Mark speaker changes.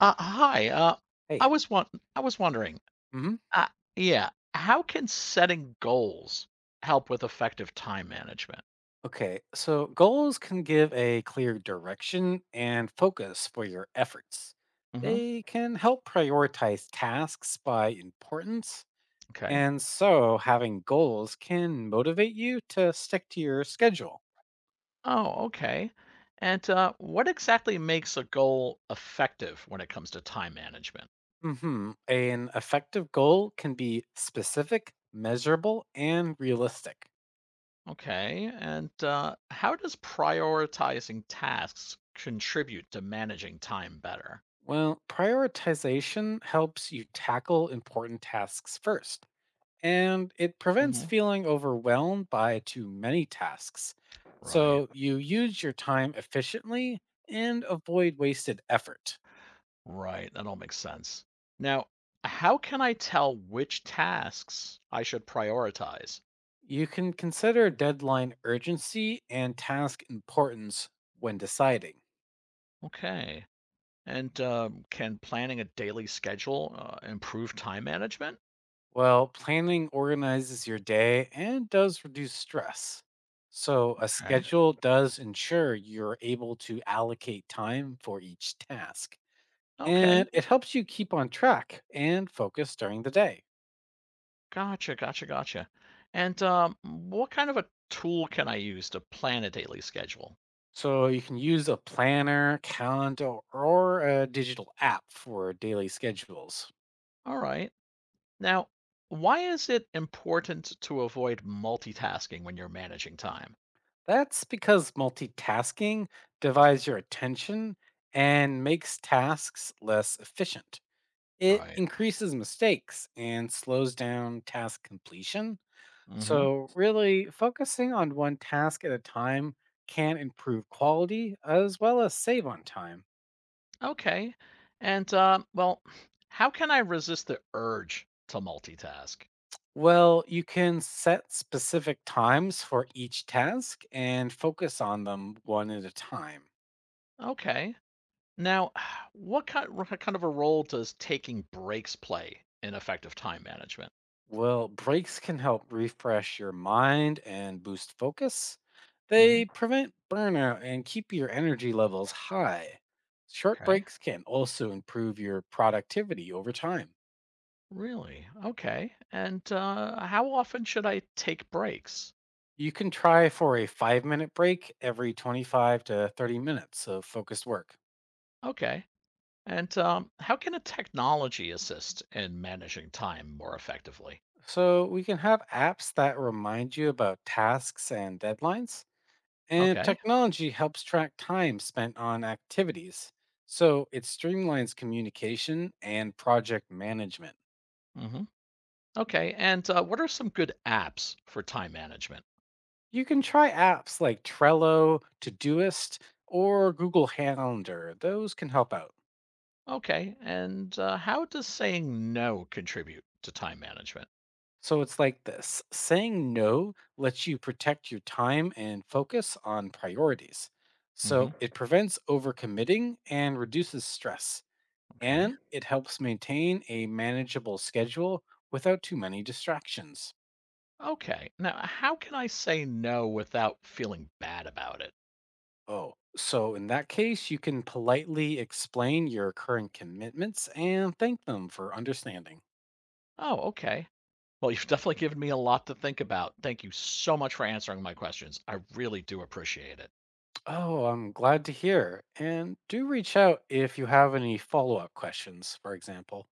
Speaker 1: Hi. I
Speaker 2: Hey.
Speaker 1: was want I was wondering.
Speaker 2: Hmm.
Speaker 1: Uh, yeah, how can setting goals help with effective time management?
Speaker 2: Okay, so goals can give a clear direction and focus for your efforts.
Speaker 1: hmm
Speaker 2: They can help prioritize tasks by importance.
Speaker 1: Okay.
Speaker 2: And so having goals can motivate you to stick to your schedule.
Speaker 1: Oh, okay. And what exactly makes a goal effective when it comes to time management?
Speaker 2: An effective goal can be specific, measurable, and realistic.
Speaker 1: Okay. And how does prioritizing tasks contribute to managing time better?
Speaker 2: Well, prioritization helps you tackle important tasks first and it prevents
Speaker 1: hmm
Speaker 2: feeling overwhelmed by too many tasks.
Speaker 1: Right.
Speaker 2: So you use your time efficiently and avoid wasted effort.
Speaker 1: Right, that all makes sense. Now, how can I tell which tasks I should prioritize?
Speaker 2: You can consider deadline urgency and task importance when deciding.
Speaker 1: Okay. And can planning a daily schedule improve time management?
Speaker 2: Well, planning organizes your day and does reduce stress. So, a
Speaker 1: Okay.
Speaker 2: schedule does ensure you're able to allocate time for each task,
Speaker 1: Okay.
Speaker 2: and it helps you keep on track and focus during the day.
Speaker 1: Gotcha, gotcha, gotcha. And what kind of a tool can I use to plan a daily schedule?
Speaker 2: So you can use a planner, calendar, or a digital app for daily schedules.
Speaker 1: All right. Now, why is it important to avoid multitasking when you're managing time?
Speaker 2: That's because multitasking divides your attention and makes tasks less efficient. It
Speaker 1: Right.
Speaker 2: increases mistakes and slows down task completion.
Speaker 1: Mm-hmm.
Speaker 2: So, really, focusing on one task at a time can improve quality as well as save on time.
Speaker 1: Okay. And well, how can I resist the urge to multitask?
Speaker 2: Well, you can set specific times for each task and focus on them one at a time.
Speaker 1: Okay. Now, what kind of a role does taking breaks play in effective time management?
Speaker 2: Well, breaks can help refresh your mind and boost focus.
Speaker 1: hmm
Speaker 2: They prevent burnout and keep your energy levels high. Short
Speaker 1: Okay.
Speaker 2: breaks can also improve your productivity over time.
Speaker 1: Really? Okay. And how often should I take breaks?
Speaker 2: You can try for a 5 minute break every 25 to 30 minutes of focused work.
Speaker 1: Okay. And how can a technology assist in managing time more effectively?
Speaker 2: So, we can have apps that remind you about tasks and deadlines. And
Speaker 1: Okay.
Speaker 2: technology helps track time spent on activities, so it streamlines communication and project management.
Speaker 1: hmm Okay. And what are some good apps for time management?
Speaker 2: You can try apps like Trello, Todoist, or Google Calendar. Those can help out.
Speaker 1: Okay. And how does saying no contribute to time management?
Speaker 2: So it's like this, saying no lets you protect your time and focus on priorities. So
Speaker 1: hmm
Speaker 2: it prevents overcommitting and reduces stress.
Speaker 1: Okay.
Speaker 2: And it helps maintain a manageable schedule without too many distractions.
Speaker 1: Okay. Now, how can I say no without feeling bad about it?
Speaker 2: Oh, so in that case, you can politely explain your current commitments and thank them for understanding.
Speaker 1: Oh, okay. Well, you've definitely given me a lot to think about. Thank you so much for answering my questions. I really do appreciate it.
Speaker 2: Oh, I'm glad to hear. And do reach out if you have any follow up questions, for example.